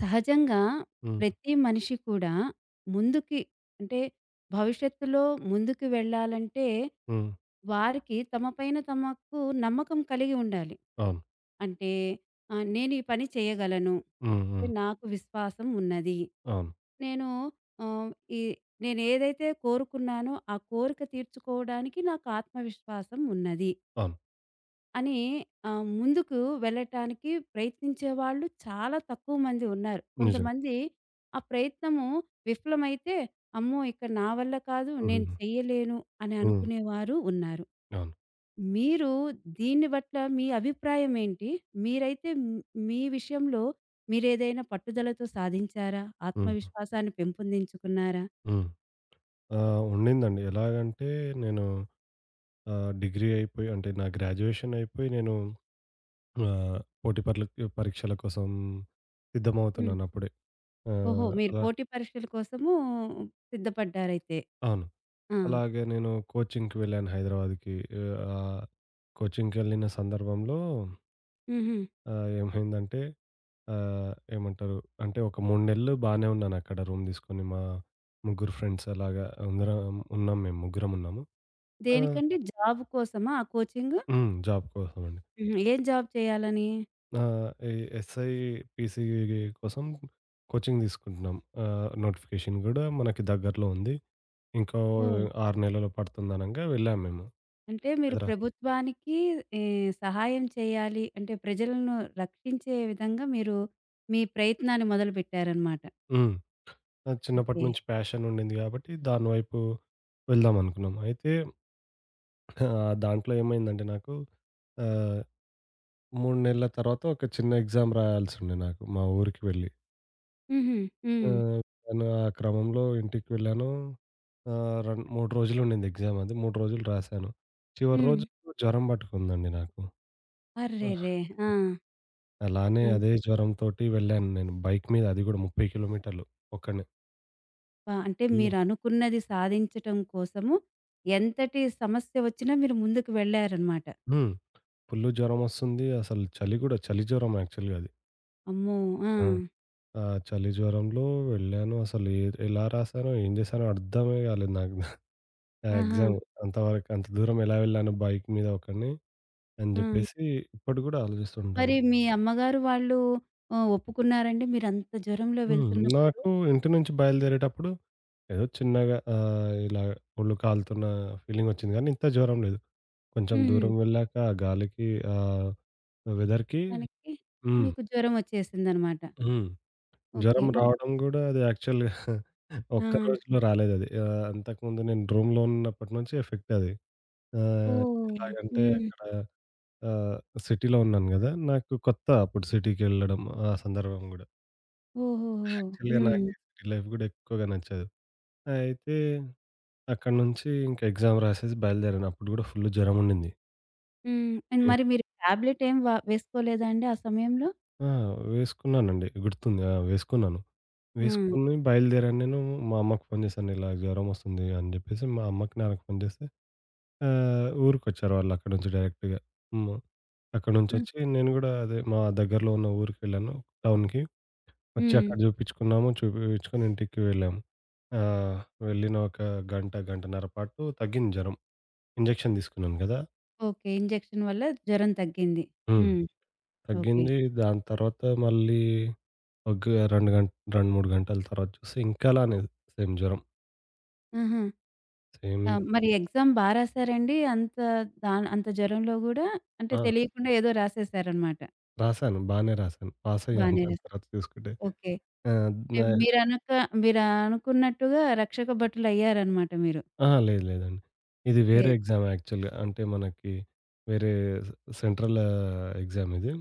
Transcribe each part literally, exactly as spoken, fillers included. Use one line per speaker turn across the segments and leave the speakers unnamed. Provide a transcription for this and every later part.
సహజంగా
హ్మ్.
ప్రతి మనిషి కూడా ముందుకి అంటే భవిష్యత్తులో ముందుకు వెళ్ళాలంటే
హ్మ్.
వారికి తమ పైన తమకు నమ్మకం కలిగి ఉండాలి.
అవును.
అంటే ఆహ్, నేను ఈ పని చేయగలను.
హ్మ్.
అంటే
హ్మ్.
నాకు విశ్వాసం ఉన్నది.
అవును.
నేను ఆహ్, ఈ నేను ఏదైతే కోరుకున్నానో ఆ కోరిక తీర్చుకోవడానికి నాకు ఆత్మవిశ్వాసం ఉన్నది.
అవును.
అని ఆహ్, ముందుకు వెళ్ళటానికి ప్రయత్నించేవాళ్ళు చాలా తక్కువ మంది ఉన్నారు.
నిజం.
కొంతమంది ఆ ప్రయత్నము విఫలమైతే, అమ్మో! ఇక నా వల్ల కాదు, నేను
హుహుహు.
చెయ్యలేను అని
హ్మ్.
అనుకునేవారు ఉన్నారు.
అవును.
మీరు దీన్ని బట్ల మీ అభిప్రాయం ఏంటి? మీరైతే హ్మ్, మీ విషయంలో మీరేదైనా పట్టుదలతో సాధించారా?
హ్మ్.
ఆత్మవిశ్వాసాన్ని పెంపొందించుకున్నారా?
హ్మ్. ఆహ్, ఉండిందండి. ఎలాగంటే నేను ఆహ్, డిగ్రీ అయిపోయి అంటే నా గ్రాడ్యుయేషన్ అయిపోయి నేను ఆహ్, పోటీ పర్లకి పరీక్షల కోసం
హ్మ్.
సిద్ధమవుతున్నాను అప్పుడే.
ఓహో!
ఆహ్,
మీరు
అలా
పోటీ పరీక్షల కోసము సిద్ధపడ్డారైతే.
అవును.
ఆ!
అలాగే నేను కోచింగ్‌కి వెళ్ళాను హైదరాబాద్‌కి. ఆహ్, కోచింగ్‌కెళ్ళిన సందర్భంలో
హుహు.
ఆహ్, ఏమైందంటే ఆహ్, ఏమంటారు? అంటే ఒక మూడు నెలలు బానే ఉన్నానక్కడ రూమ్ తీసుకొని. మా ముగ్గురు ఫ్రెండ్స్ అలాగా అందరం ఉన్నాం మేము. ముగ్గురం ఉన్నాము. ఆ!
దేనికండి? జాబ్ కోసమా ఆ కోచింగు?
హ్మ్. జాబ్ కోసం అండి.
హుహు. ఏం జాబ్ చేయాలని?
ఆహ్, ఈ ఎస్ఐ, పీసీ కోసం కోచింగ్ తీసుకుంటున్నాం. ఆహ్, నోటిఫికేషన్ గూడా మనకి దగ్గరలో ఉంది. ఇంకో
ఓహ్!
ఆరు నెలల్లో పడుతుందనంగా వెళ్ళాం మేము.
అంటే మీరు
కదరా!
ప్రభుత్వానికి ఈ సహాయం చేయాలి అంటే ప్రజలను రక్షించే విధంగా మీరు మీ ప్రయత్నాన్ని మొదలుపెట్టారనమాట.
హ్మ్. నాకు చిన్నప్పటి
ఓకే.
నుంచి ప్యాషన్ ఉండింది గాబట్టి దాని వైపు వెళ్దాం అనుకున్నాం. అయితే ఆహ్, దాంట్లో ఏమైందంటే నాకు ఆహ్ మూడు నెలల తర్వాత ఒక చిన్న ఎగ్జామ్ రాయాల్సుండే నాకు మా ఊరికి వెళ్ళి.
హుహు. హ్మ్.
ఆహ్, నేను ఆ క్రమంలో ఇంటికి వెళ్ళాను. ఆహ్, రన్ మూడు రోజులు ఉండింది ఎగ్జామ్ అది. మూడు రోజులు రాశాను. చివరి
హ్మ్.
రోజు జ్వరం పట్టుకుందండి నాకు. ఆ,
అర్రెరే! ఆ!
అలానే
ఆ!
అదే జ్వరంతోటి వెళ్ళాను నేను బైక్ మీద అది కూడా ముప్పై కిలోమీటర్లు ఒక్కడినే.
అబ్బా! అంటే
ఫుల్లు
మీరనుకున్నది సాధించటం కోసము ఎంతటి సమస్య వచ్చినా మీరు ముందుకు వెళ్లారనమాట.
హ్మ్. ఫుల్లు జ్వరమొస్తుంది. అసలు చలి కూడా చలి జ్వరం యాక్చువల్‌గా అది.
అమ్మో! ఆ!
ఆ! ఆ చలి జ్వరంలో వెళ్ళాను. అసలు ఎ ఎలా రాశానో, ఏం చేశానో అర్థమే కాలేదు నాకు. ఆ!
ఆహా!
ఎగ్జామ్ అంతవరకు అంత దూరం ఎలా వెళ్ళాను బైక్ మీద ఒక్కడిని అని
ఆ!
జెప్పేసి ఇప్పటికి గూడా
మరి
ఆలోచిస్తుంటాను.
మీ అమ్మగారు వాళ్ళు ఆహ్, ఒప్పుకున్నారండి? మీరంత జ్వరంలో
హ్మ్.
వెళ్తున్నప్పుడు?
నాకు ఇంటి నుంచి బయలుదేరేటప్పుడు ఏదో చిన్నగా ఆహ్, ఇలా ఒళ్ళు కాలుతున్న ఫీలింగ్ ఒచ్చింది గానీ ఇంత జ్వరం లేదు. కొంచెం
హుహు.
దూరం వెళ్ళాక ఆ గాలికి ఆహ్, వెదర్‌కి
దానికి
హ్మ్.
మీకు జ్వరం వచ్చేసిందనమాట.
హ్మ్.
ఓకే.
జ్వరం
మరి
రావడం గూడా అది యాక్చువల్‌గా
ఆ!
ఒక్క రోజులో రాలేదది. ఆహ్, అంతకుముందు నేను రూమ్‌లో ఉన్నప్పటి నుంచి ఎఫెక్ట్ అది. ఆహ్,
ఓహ్!
ఎలాగంటే
హ్మ్.
అక్కడ ఆహ్, సిటీలో ఉన్నాను గదా! నాకు కొత్త అప్పుడు సిటీకెళ్ళడం ఆ సందర్భం గూడా.
ఓహోహో!
యాక్చువల్‌గా నాకు
హ్మ్.
ఈ సిటీ లైఫ్ గూడా ఎక్కువగా నచ్చదు. అయితే అక్కడి నుంచి ఇంకా ఎగ్జామ్ రాసేసి బయలుదేరాను. అప్పుడు గూడా ఫుల్ జ్వరం ఉండింది.
హ్మ్. అండ్ మరి మీరు టాబ్లెట్ ఏం వ వేసుకోలేదా అండి ఆ సమయంలో?
ఆ! వేసుకున్నానండి. గుర్తుంది. ఆ! వేసుకున్నాను.
ఆ!
వేసుకొని బయలుదేరాను నేను. మా అమ్మకి ఫోను జేశాను. ఇలా జ్వరం వస్తుంది అని జెప్పేసి మా అమ్మకి, నాన్నకి ఫోను జేస్తే ఆ! ఊరికొచ్చారు వాళ్ళు అక్కడి నుంచి డైరెక్ట్‌గా. హ్మ్. అక్కడి
ఆ!
నుంచొచ్చి నేను గూడా అదే మా దగ్గరలో ఉన్న ఊరికెళ్ళాను టౌన్‌కి. వచ్చి
హ్మ్.
అక్కడ జూపిచ్చుకున్నాము. చూపించుకొని ఇంటికి వెళ్ళాము. ఆహ్, వెళ్ళిన ఒక గంట, గంటన్నర పాటు తగ్గింది జ్వరం. ఇంజెక్షన్ తీసుకున్నాను గదా!
ఓకే. ఇంజెక్షన్ వల్ల జ్వరం తగ్గింది.
హ్మ్.
హ్మ్. ఓకే.
తగ్గింది. దాని తర్వాత మళ్ళీ ఒక రెండు గంట రెండు, మూడు గంటల తర్వాత చూస్తే ఇంకా అలానే సేమ్ జ్వరం.
ఆహా!
సేమ్
ఆ!
ఇం
మరి ఎగ్జామ్ బా రాసారండి? అంత దాన్ అంత జ్వరంలో గూడా? అంటే
ఆ!
తెలియకుండా ఏదో రాసేసారనమాట.
రాసాను. బానే రాసాను. పాసయ్యాను
బానే
దాని
రాస్
తర్వాత చూసుకుంటే.
ఓకే.
ఆ!
అంటే
నా
మీరనక మీరనుకున్నట్టుగా రక్షక భటులయ్యారనమాట మీరు.
అహా! లేదు లేదండి. ఇది వేరే
లేదు.
ఎగ్జామ్ యాక్చువల్‌గా. అంటే మనకి వేరే సె సెంట్రల్ ఆహ్, ఎగ్జామ్ ఇది.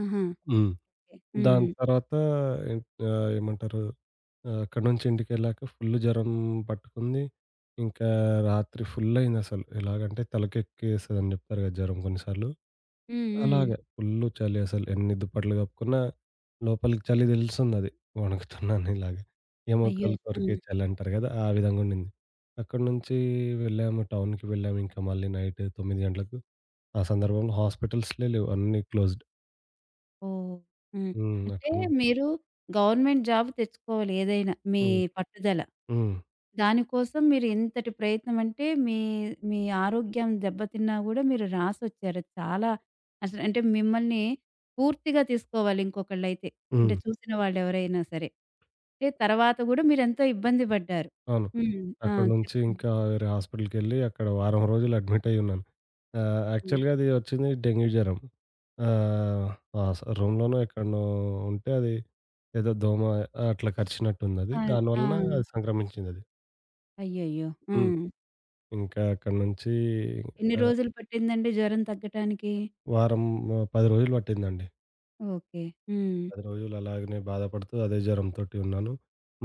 ఆహా!
హ్మ్.
ఓకే.
దాని
హ్మ్.
తర్వాత ఎ ఆహ్, ఏమంటారు ఆహ్, అక్కడి నుంచి ఇంటికెళ్ళాక ఫుల్ జ్వరం పట్టుకుంది. ఇంకా రాత్రి ఫుల్ అయిందసలు. ఎలాగంటే తలకెక్కేస్తదని జెప్తారు గదా! జ్వరం కొన్నిసార్లు.
హ్మ్. హ్మ్.
అలాగా. ఫుల్లు చలి అసలు ఎన్ని దుప్పట్లు కప్పుకున్నా లోపలికి చలి తెలుస్తుందది. వణుకుతున్నాను ఇలాగ.
అయ్యో!
ఎముకలు
ఆ!
కొరికే చలంటారు గదా! ఆ విధంగా ఉండింది. అక్కడి నుంచి వెళ్ళాము టౌన్‌కి వెళ్ళాము. ఇంకా మళ్ళీ నైట్ తొమ్మిది గంటలకు ఆ సందర్భంలో హాస్పిటల్స్‌లే లేవు. అన్నీ క్లోజ్డ్.
ఓహ్! హ్మ్.
హ్మ్.
అంటే
అక్కడ
మీరు గవర్నమెంట్ జాబ్ తెచ్చుకోవాలి ఏదైనా మీ
హ్మ్.
పట్టుదల.
హ్మ్.
దానికోసం మీరు ఇంతటి ప్రయత్నం అంటే మీ మీ ఆరోగ్యం దెబ్బతిన్నా గూడా మీరు రాసొచ్చారు. చాలా అసలు అంటే మిమ్మల్ని పూర్తిగా తీసుకోవాలి ఇంకొకళ్ళైతే. అంటే
హ్మ్.
చూసిన వాళ్ళెవరైనా సరే. అంటే తర్వాత గూడా మీరెంతో ఇబ్బంది పడ్డారు.
అవును.
హ్మ్. ఆ!
అక్కడి నుంచి
చెప్పండి.
ఇంకా వేరే హాస్పిటల్‌కెళ్ళి అక్కడ వారం రోజులు అడ్మిట్ అయ్యున్నాను. ఆహ్,
హ్మ్.
యాక్చువల్‌గా అది వచ్చింది డెంగ్యూ జ్వరం. ఆహ్, ఆ స రూమ్‌లోనో ఎక్కడనో ఉంటే అది ఏదో దోమ అట్లా కరిచినట్టుందది.
ఆ!
దాని
ఆ!
వలన అది సంక్రమించిందది.
అయ్యయ్యో!
హ్మ్.
హ్మ్.
ఇంకా అక్కడి నుంచి
ఎన్ని
ఆహ్,
రోజులు పట్టిందండి జ్వరం తగ్గటానికి?
వారం పది రోజులు పట్టిందండి.
ఓకే. హ్మ్.
పది రోజులు అలాగనే బాధపడుతూ అదే జ్వరంతోటి ఉన్నాను.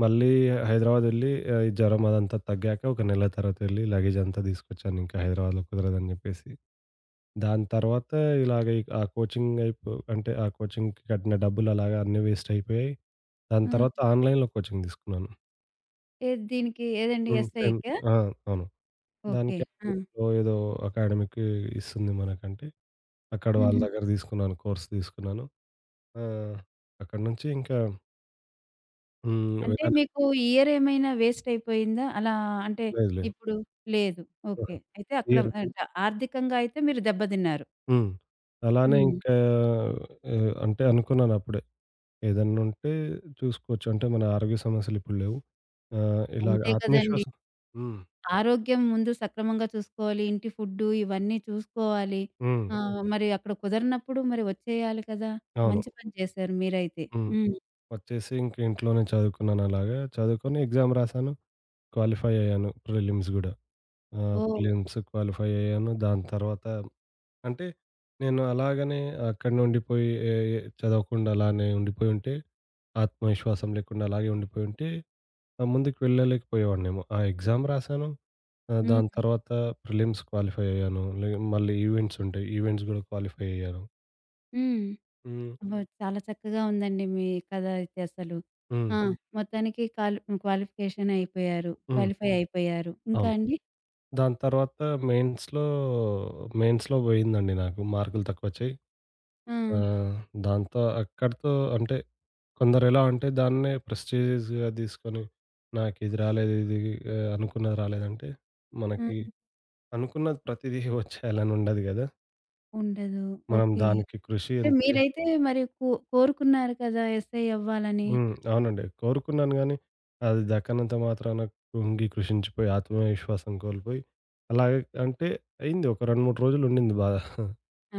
మళ్ళీ హైదరాబాద్ వెళ్ళి ఆహ్, ఈ జ్వరం అదంతా తగ్గాక ఒక నెల తర్వాత వెళ్ళి లగేజ్ అంతా తీసుకొచ్చాను. ఇంకా హైదరాబాద్‌లో కుదరదని జెప్పేసి. దాని తర్వాత ఇలాగ ఈ- ఆ కోచింగ్ అయిపో అంటే ఆ కోచింగ్‌కి కట్టిన డబ్బులు అలాగా అన్నీ వేస్ట్ అయిపోయాయి. దాని
ఆ!
తర్వాత ఆన్‌లైన్‌లో కోచింగ్ తీసుకున్నాను.
ఏది దీనికి ఏదండి
హ్మ్. సేమ్
ఎస్ఐకా?
ఆ! అవును.
ఓకే.
దానికి
ఆ!
ఆన్‌లైన్‌లో ఏదో అకాడమిక్ ఇస్తుంది మనకంటే అక్కడ వాళ్ళ
హుహు.
దగ్గర తీసుకున్నాను. కోర్స్ తీసుకున్నాను. ఆ! అక్కడి నుంచి ఇంకా హ్మ్.
అంటే
వెళ్ళాను.
మీకు ఇయర్ ఏమైనా వేస్ట్ అయిపోయిందా? అలా అంటే
లేదు. లేదు.
ఇప్పుడు లేదు. ఓకే.
ఆహా!
అయితే అక్కడ
ఇయ్యరు.
అంటే ఆర్థికంగా అయితే మీరు దెబ్బతిన్నారు.
హ్మ్. అలానే
హ్మ్.
ఇంకా ఆహ్, అంటే అనుకున్నానప్పుడే. ఏదన్నుంటే చూసుకోవచ్చు. అంటే మన ఆరోగ్య సమస్యలు ఇప్పుడు లేవు. ఆహ్, ఇలాగ
అంతే కదండీ.
ఆత్మవిశ్వాసం హ్మ్.
ఆరోగ్యం ముందు సక్రమంగా చూసుకోవాలి. ఇంటి ఫుడ్డు ఇవన్నీ చూసుకోవాలి.
హ్మ్.
ఆహ్, మరి అక్కడ కుదరనప్పుడు మరి వచ్చేయాలి కదా!
అవును.
మంచి పని చేశారు మీరైతే.
హ్మ్.
హ్మ్.
వచ్చేసి ఇంక ఇంట్లోనే చదువుకున్నాను అలాగా. చదువుకొని ఎగ్జామ్ రాసాను. క్వాలిఫై అయ్యాను. ప్రిలిమ్స్ గూడా. ఆహ్,
ఓహ్!
ప్రిలిమ్స్ క్వాలిఫై అయ్యాను. దాని తర్వాత అంటే నేను అలాగనే అక్కడనే ఉండిపోయి ఏ ఏ చదవకుండా అలానే ఉండిపోయుంటే, ఆత్మవిశ్వాసం లేకుండా అలాగే ఉండిపోయుంటే ఆ! ముందుకు వెళ్ళలేకపోయేవాడినేమో. ఆ ఎగ్జామ్ రాసాను. ఆహ్, దాని
హ్మ్.
తర్వాత ప్రిలిమ్స్ క్వాలిఫై అయ్యాను. లే మళ్ళీ ఈవెంట్స్ ఉంటాయి. ఈవెంట్స్ గూడా క్వాలిఫై అయ్యాను.
హ్మ్.
హ్మ్.
అబ్బో! చాలా చక్కగా ఉందండి మీ కథ అయితే అసలు.
హ్మ్.
ఆ! అవును. మొత్తానికి కాల్ క్వాలిఫికేషన్ అయిపోయారు.
హ్మ్.
క్వాలిఫై అవును. అయిపోయారు. ఇంకా
అవును.
అండి?
దాని తర్వాత మెయిన్స్‌లో, మెయిన్స్‌లో పోయిందండి నాకు. మార్కులు తక్కువొచ్చాయి.
ఆ!
ఆహ్, దాంతో అక్కడితో అంటే కొందరెలా అంటే దాన్నే ప్రెస్టీజియస్‌గా తీసుకొని నాకిది రాలేదు, ఇది ఆహ్, అనుకున్నది రాలేదంటే
ఆ!
మనకి అనుకున్నది ప్రతిదీ వచ్చేయాలని ఉండదు గదా!
ఉండదు.
మనం
ఓకే.
దానికి కృషి
అంటే
ఎంత
మీరైతే మరి కో కోరుకున్నారు కదా! ఎస్‌ఐ అవ్వాలని.
హ్మ్. అవునండి. కోరుకున్నాను గానీ, అది దక్కనంత మాత్రాన కృంగి కృషించిపోయి, ఆత్మవిశ్వాసం కోల్పోయి, అలాగే అంటే అయింది. ఒక రెండు, మూడు రోజులుండింది బాధ.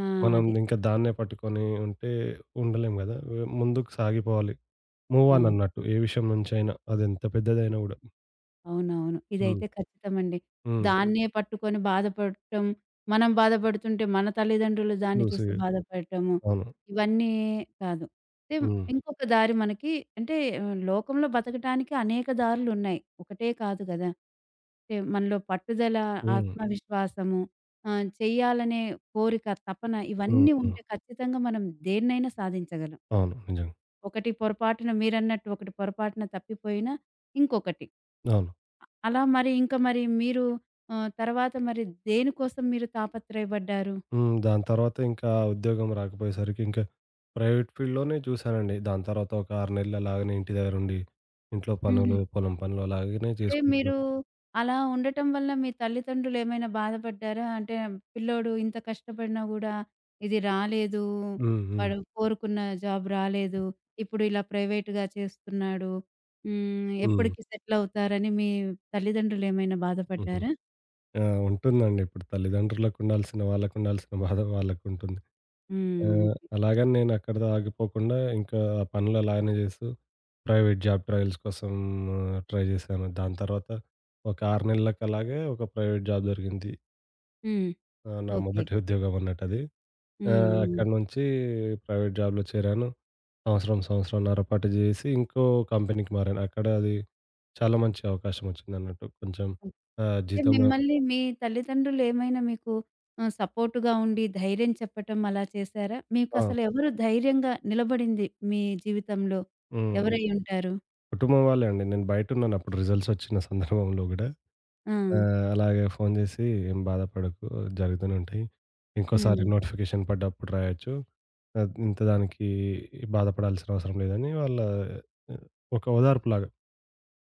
ఆ!
మనం
అది.
ఇంకా దాన్నే పట్టుకొని ఉంటే ఉండలేం గదా! వె ముందుకు సాగిపోవాలి. మూవ్
ఆ!
ఆన్ అన్నట్టు. ఏ విషయం నుంచైనా. అదెంత పెద్దదైనా గూడా.
అవునవును.
హ్మ్.
ఇదైతే ఖచ్చితమండి. హ్మ్.
హ్మ్.
దాన్నే పట్టుకొని బాధపడటం, మనం బాధపడుతుంటే మన తల్లిదండ్రులు దాన్ని
చూసి
చూసి బాధపడటము,
అవును.
ఇవన్నీ కాదు. అయితే
హ్మ్.
ఇంకొక దారి మనకి అంటే ఆహ్, లోకంలో బతకటానికి అనేక దారులున్నాయి. ఒకటే కాదు గదా! అంటే మనలో పట్టుదల,
హ్మ్.
ఆత్మవిశ్వాసము, ఆహ్, చెయ్యాలనే కోరిక, తపన
హ్మ్.
ఇవన్నీ
హ్మ్.
ఉంటే ఖచ్చితంగా మనం దేన్నైనా సాధించగలం.
అవును. నిజంగా.
ఒకటి పొరపాటున మీరన్నట్టు ఒకటి పొరపాటున తప్పిపోయినా ఇంకొకటి.
అవును.
అలా మరి ఇంకా మరి మీరు ఆహ్, తర్వాత మరి దేనికోసం మీరు తాపత్రయపడ్డారు?
హ్మ్. దాని తర్వాత ఇంకా ఉద్యోగం రాకపోయేసరికి ఇంకా ప్రైవేట్ ఫీల్డ్‌లోనే చూశానండి. దాని తర్వాత ఒక ఆరు నెలలు అలాగనే ఇంటి దగ్గరుండి ఇంట్లో
హుహు.
పనులు, పొలం పనులు అలాగనే
అంటే మీరు
చేసుకుంటున్నాను.
అలా ఉండటం వల్ల మీ తల్లిదండ్రులు ఏమైనా బాధపడ్డారా? అంటే పిల్లోడు ఇంత కష్టపడినా గూడా ఇది రాలేదు.
హ్మ్. హ్మ్.
వాడు కోరుకున్న జాబ్ రాలేదు. ఇప్పుడు ఇలా ప్రైవేట్‌గా చేస్తున్నాడు. హ్మ్.
హ్మ్.
ఎప్పటికి సెటిల్ అవుతారని మీ తల్లిదండ్రులు ఏమైనా
హుహు.
బాధపడ్డారా?
ఆ! ఉంటుందండి. ఇప్పుడు తల్లిదండ్రులకుండాల్సిన, వాళ్ళకుండాల్సిన బాధ వాళ్ళకుంటుంది.
హ్మ్.
ఆహ్,
ఓకే.
అలాగని నేను అక్కడితో ఆగిపోకుండా ఇంకా ఆ పనులు అలాగనే చేస్తూ ప్రైవేట్ జాబ్ ట్రయల్స్ కోసం ట్రై చేశాను. దాని తర్వాత ఒక ఆరు నెలలకి అలాగే ఒక ప్రైవేట్ జాబ్ దొరికింది.
హ్మ్.
ఆహ్, నా
ఓకే.
మొదటి ఉద్యోగం అన్నట్టది. ఆ!
హ్మ్. హ్మ్.
అక్కడి నుంచి ప్రైవేట్ జాబ్‌లో చేరాను. సంవత్సరం, సంవత్సరంన్నర పాటు చేసి ఇంకో కంపెనీకి మారాను. అక్కడ అది చాలా మంచి అవకాశం వచ్చిందన్నట్టు. కొంచెం ఆహ్,
అంటే
జీతం
మిమ్మల్ని మీ తల్లిదండ్రులు ఏమైనా మీకు ఆహ్, సపోర్ట్‌గా ఉండి ధైర్యం చెప్పటం అలా చేశారా?
ఆ!
మీకసలు ఎవరు ధైర్యంగా నిలబడింది మీ జీవితంలో?
హ్మ్.
ఎవరై ఉంటారు?
కుటుంబం వాళ్ళే అండి. నేను బయటున్నాను అప్పుడు రిజల్ట్స్ వచ్చిన సందర్భంలో గూడా.
ఆ!
ఆహ్, అలాగే ఫోను జేసి "ఏం బాధపడకు జరుగుతూనే ఉంటాయి. ఇంకోసారి
హ్మ్.
నోటిఫికేషన్ పడ్డప్పుడు రాయొచ్చు. ఆహ్, ఇంత దానికి బాధపడాల్సిన అవసరం లేదని" వాళ్ళ ఆ, ఒక ఓదార్పులాగా.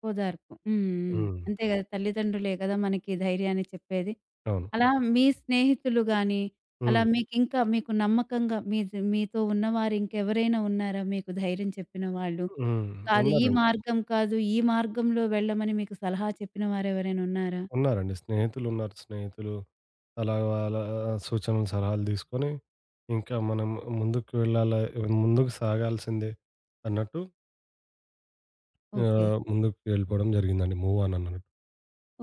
ఓదార్పు. హ్మ్. హ్మ్.
హ్మ్.
అంతే కదా! తల్లిదండ్రులే కదా! మనకి ధైర్యాన్ని చెప్పేది.
అవును.
అలా మీ స్నేహితులు గాని, అలా
హ్మ్.
మీకింకా మీకు నమ్మకంగా మీ జ్ మీతో ఉన్నవారు ఇంకెవరైనా ఉన్నారా మీకు ధైర్యం చెప్పిన వాళ్ళు?
హ్మ్.
కాదు ఈ
ఉన్నారండి.
మార్గం కాదు, ఈ మార్గంలో వెళ్ళమని మీకు సలహా చెప్పిన వారెవరైనా ఉన్నారా?
ఉన్నారండి. స్నేహితులున్నారు. స్నేహితులు అలా వాళ్ళ సూచనలు, సలహాలు తీసుకొని ఇంకా మనం ముందుకు వెళ్ళాలా ముందుకు సాగాల్సిందే అన్నట్టు
ఓకే.
ఆహ్, ముందుకు వెళ్ళిపోవడం జరిగిందండి. మూవ్ ఆన్ అన్నట్టు.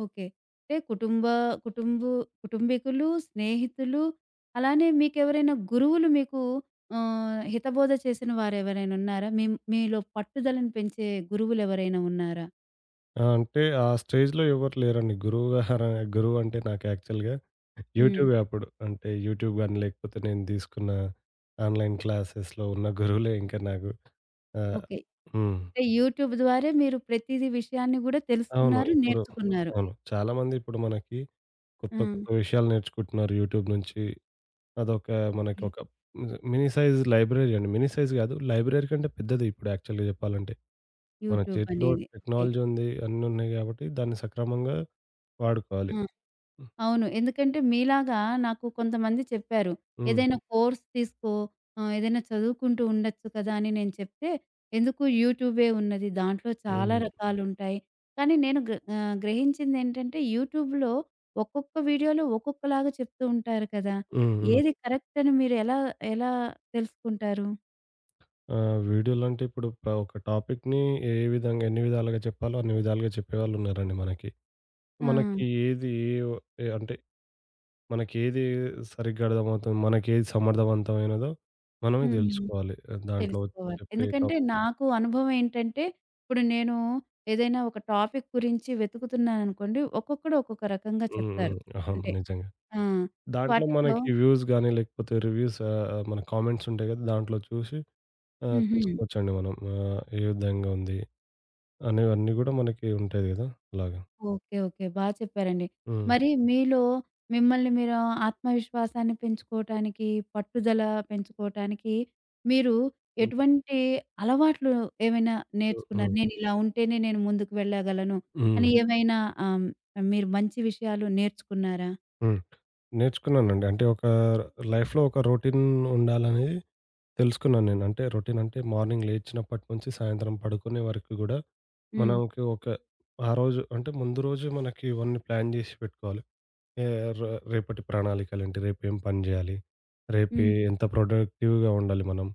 ఓకే. అంటే కుటుంబ కుటుంబు కుటుంబీకులు, స్నేహితులు అలానే మీకెవరైనా గురువులు మీకు ఆహ్, హితబోధ చేసిన వారెవరైనా ఉన్నారా? మీ మీలో పట్టుదలను పెంచే గురువులెవరైనా ఉన్నారా?
ఆ! అంటే ఆ స్టేజ్‌లో ఎవరు లేరండి. గురువు గారు గురువు అంటే నాకు యాక్చువల్‌గా
హ్మ్.
యూట్యూబే అప్పుడు. అంటే యూట్యూబ్ గాని, లేకపోతే నేను తీసుకున్న ఆన్‌లైన్ క్లాసెస్‌లో ఉన్న గురువులే ఇంకా నాకు. ఆహ్,
ఓకే.
హ్మ్.
అంటే యూట్యూబ్ ద్వారా మీరు ప్రతీది విషయాన్ని గూడా
అవును.
తెలుసుకున్నారు,
ఇప్పుడు
నేర్చుకున్నారు.
అవును. చాలామంది ఇప్పుడు మనకి
ఆ!
కొత్త కొత్త విషయాలు నేర్చుకుంటున్నారు యూట్యూబ్ నుంచి. అదొక
ఓకే.
మనకొక మినీ సైజ్ లైబ్రరీ అండి. మినీ సైజ్ గాదు. లైబ్రరీ కంటే పెద్దది ఇప్పుడు యాక్చువల్‌గా జెప్పాలంటే. మన
యూట్యూబ్
చేతిలో
అనేది. ఓకే.
టెక్నాలజీ ఉంది. అన్నీ ఉన్నాయి గాబట్టి దాన్ని సక్రమంగా
ఆ!
వాడుకోవాలి. హ్మ్.
అవును. ఎందుకంటే మీలాగా నాకు కొంతమంది చెప్పారు.
హ్మ్.
ఏదైనా కోర్స్ తీసుకో, ఆహ్, ఏదైనా చదువుకుంటూ ఉండొచ్చు కదా! అని నేను చెప్తే, ఎందుకు యూట్యూబే ఉన్నది. దాంట్లో చాలా రకాలుంటాయి. కానీ నేను గ్ర ఆహ్, గ్రహించిందేంటంటే యూట్యూబ్‌లో ఒక్కొక్క వీడియోలో ఒక్కొక్కలాగా చెప్తూ ఉంటారు కదా!
హ్మ్. హ్మ్.
ఏది కరెక్ట్ అని మీరు ఎలా ఎలా తెలుసుకుంటారు?
ఆహ్, వీడియోలంటే ఇప్పుడు ప ఒక టాపిక్‌ని ఏ విధంగా ఎన్ని విధాలుగా చెప్పాలో అన్ని విధాలుగా చెప్పేవాళ్ళున్నారండి మనకి.
ఆ!
మనకి ఏది ఏ ఏ- అంటే మనకేది సరిగ్గా అర్థమవుతుంది, మనకేది సమర్థవంతమైనదో మనమే
హ్మ్.
తెలుసుకోవాలి. దాంట్లో
తెలుసుకోవాలి.
చెప్పే
ఎందుకంటే
టాప్
నాకు అనుభవం ఏంటంటే, ఇప్పుడు నేను ఏదైనా ఒక టాపిక్ గురించి వెతుకుతున్నాననుకోండి, ఒక్కొక్కడు ఒక్కొక్క రకంగా
హ్మ్.
చెప్తారు.
హ్మ్. అవును.
అంటే
నిజంగా.
ఆ!
దాంట్లో
వాటిల్లో
మనకి వ్యూస్ గాని, లేకపోతే రివ్యూస్ ఆహ్, ఆహ్, మన కామెంట్స్ ఉంటాయి కదా! దాంట్లో చూసి ఆహ్,
హుహు.
తెలుసుకోవచ్చండి మనం. ఆహ్, ఏ విధంగా ఉంది అనేవన్నీ గూడా మనకి ఉంటాయి గదా! అలాగా.
ఓకే. ఓకే. బా చెప్పారండి.
హ్మ్.
మరి మీలో మిమ్మల్ని మీరు ఆత్మవిశ్వాసాన్ని పెంచుకోవటానికి, పట్టుదల పెంచుకోవటానికి మీరు
హ్మ్.
ఎటువంటి అలవాట్లు ఏమైనా
హ్మ్.
నేర్చుకున్నారు?
హ్మ్.
నేనిలా ఉంటేనే నేను ముందుకు వెళ్ళగలను అని
హ్మ్.
ఏమైనా ఆహ్, మీరు మంచి విషయాలు నేర్చుకున్నారా?
హ్మ్. నేర్చుకున్నానండి. అంటే ఒక లైఫ్‌లో ఒక రొటీన్ ఉండాలనేది తెలుసుకున్నాను నేను. అంటే రొటీన్ అంటే మార్నింగ్ లేచినప్పటి నుంచి సాయంత్రం పడుకునే వరకు గూడా
హ్మ్.
మనకి ఒక ఆ రోజు అంటే ముందు రోజు మనకి ఇవన్నీ ప్లాన్ జేసి పెట్టుకోవాలి. ఏ ర రేపటి ప్రణాళికలేంటి? రేపు ఏం పని జేయాలి? రేపు
హ్మ్.
ఏ- ఎంత ప్రొడక్టివ్‌గా ఉండాలి మనం?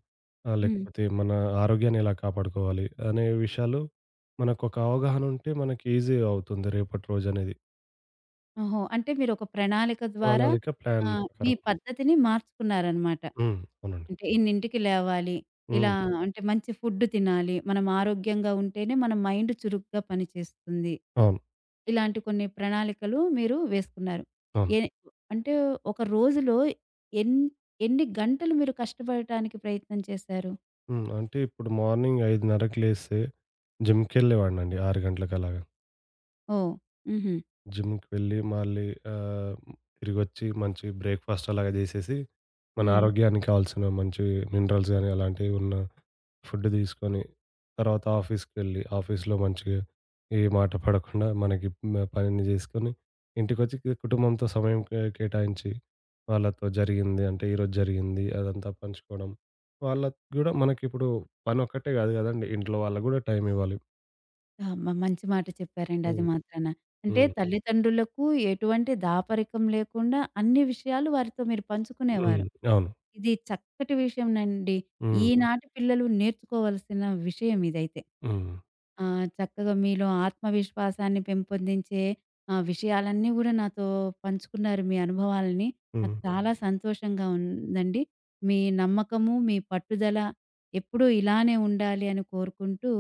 ఆహ్,
హ్మ్.
లేకపోతే మన ఆరోగ్యాన్ని ఎలా కాపాడుకోవాలి? అనే విషయాలు మనకొక అవగాహన ఉంటే మనకి ఈజీ అవుతుంది రేపటి రోజనేది.
ఓహో! అంటే మీరొక ప్రణాళిక ద్వారా
ప్రణాళిక, ప్లాన్
ఆహ్, మీ
ప్రకారం.
పద్ధతిని మార్చుకున్నారనమాట.
హ్మ్. అవునండి.
అంటే ఇన్నింటికి లేవాలి. ఇలా
హ్మ్.
అంటే మంచి ఫుడ్ తినాలి. మనం ఆరోగ్యంగా ఉంటేనే మన మైండ్ చురుగ్గా పనిచేస్తుంది.
అవును.
ఇలాంటి కొన్ని ప్రణాళికలు మీరు వేసుకున్నారు.
అవును.
ఏ అంటే ఒక రోజులో ఎన్ ఎన్ని గంటలు మీరు కష్టపడటానికి ప్రయత్నం చేశారు?
హ్మ్. అంటే ఇప్పుడు మార్నింగ్ 5:30కి లేస్తే జిమ్‌కెళ్ళేవాడినండి ఆరు గంటలకలాగా.
ఓహ్! హుహు.
జిమ్‌కి వెళ్ళి మళ్ళీ ఆహ్, తిరిగొచ్చి మంచి బ్రేక్‌ఫాస్ట్ అలాగా జేసేసి, మన
హ్మ్.
ఆరోగ్యానికి కావాల్సిన మంచి మినరల్స్ గాని, అలాంటివి ఉన్న ఫుడ్ తీసుకొని, తర్వాత ఆఫీస్‌కెళ్ళి ఆఫీస్‌లో మంచిగా ఏ మాట పడకుండా మనకి మ పనిని జేసుకొని, ఇంటికొచ్చి కి కుటుంబంతో సమయం కే కేటాయించి, వాళ్ళతో జరిగింది అంటే ఈరోజు జరిగింది అదంతా పంచుకోవడం. వాళ్ళకి గూడా మనకిప్పుడు పనొక్కటే గాదు గదండీ. ఇంట్లో వాళ్ళకి గూడా టైం ఇవ్వాలి.
ఆ! మ మంచి మాట చెప్పారండి అది
హ్మ్.
మాత్రాన. అంటే
హ్మ్.
తల్లిదండ్రులకు ఎటువంటి దాపరికం లేకుండా అన్ని విషయాలు వారితో మీరు
హ్మ్.
పంచుకునేవారు.
అవును.
ఇది చక్కటి విషయంనండి.
హ్మ్.
ఈనాటి పిల్లలు నేర్చుకోవాల్సిన విషయం ఇదైతే.
హ్మ్.
ఆ! చక్కగా మీలో ఆత్మవిశ్వాసాన్ని పెంపొందించే ఆహ్, విషయాలన్నీ గూడా నాతో పంచుకున్నారు మీ అనుభవాలని.
హ్మ్.
నాకు చాలా సంతోషంగా ఉందండి. మీ నమ్మకము, మీ పట్టుదల ఎప్పుడూ ఇలానే ఉండాలి అని కోరుకుంటూ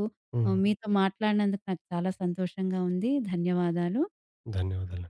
ఆ!
హ్మ్.
మీతో మాట్లాడినందుకు నాకు చాలా సంతోషంగా ఉంది. ధన్యవాదాలు.
ధన్యవాదాలు.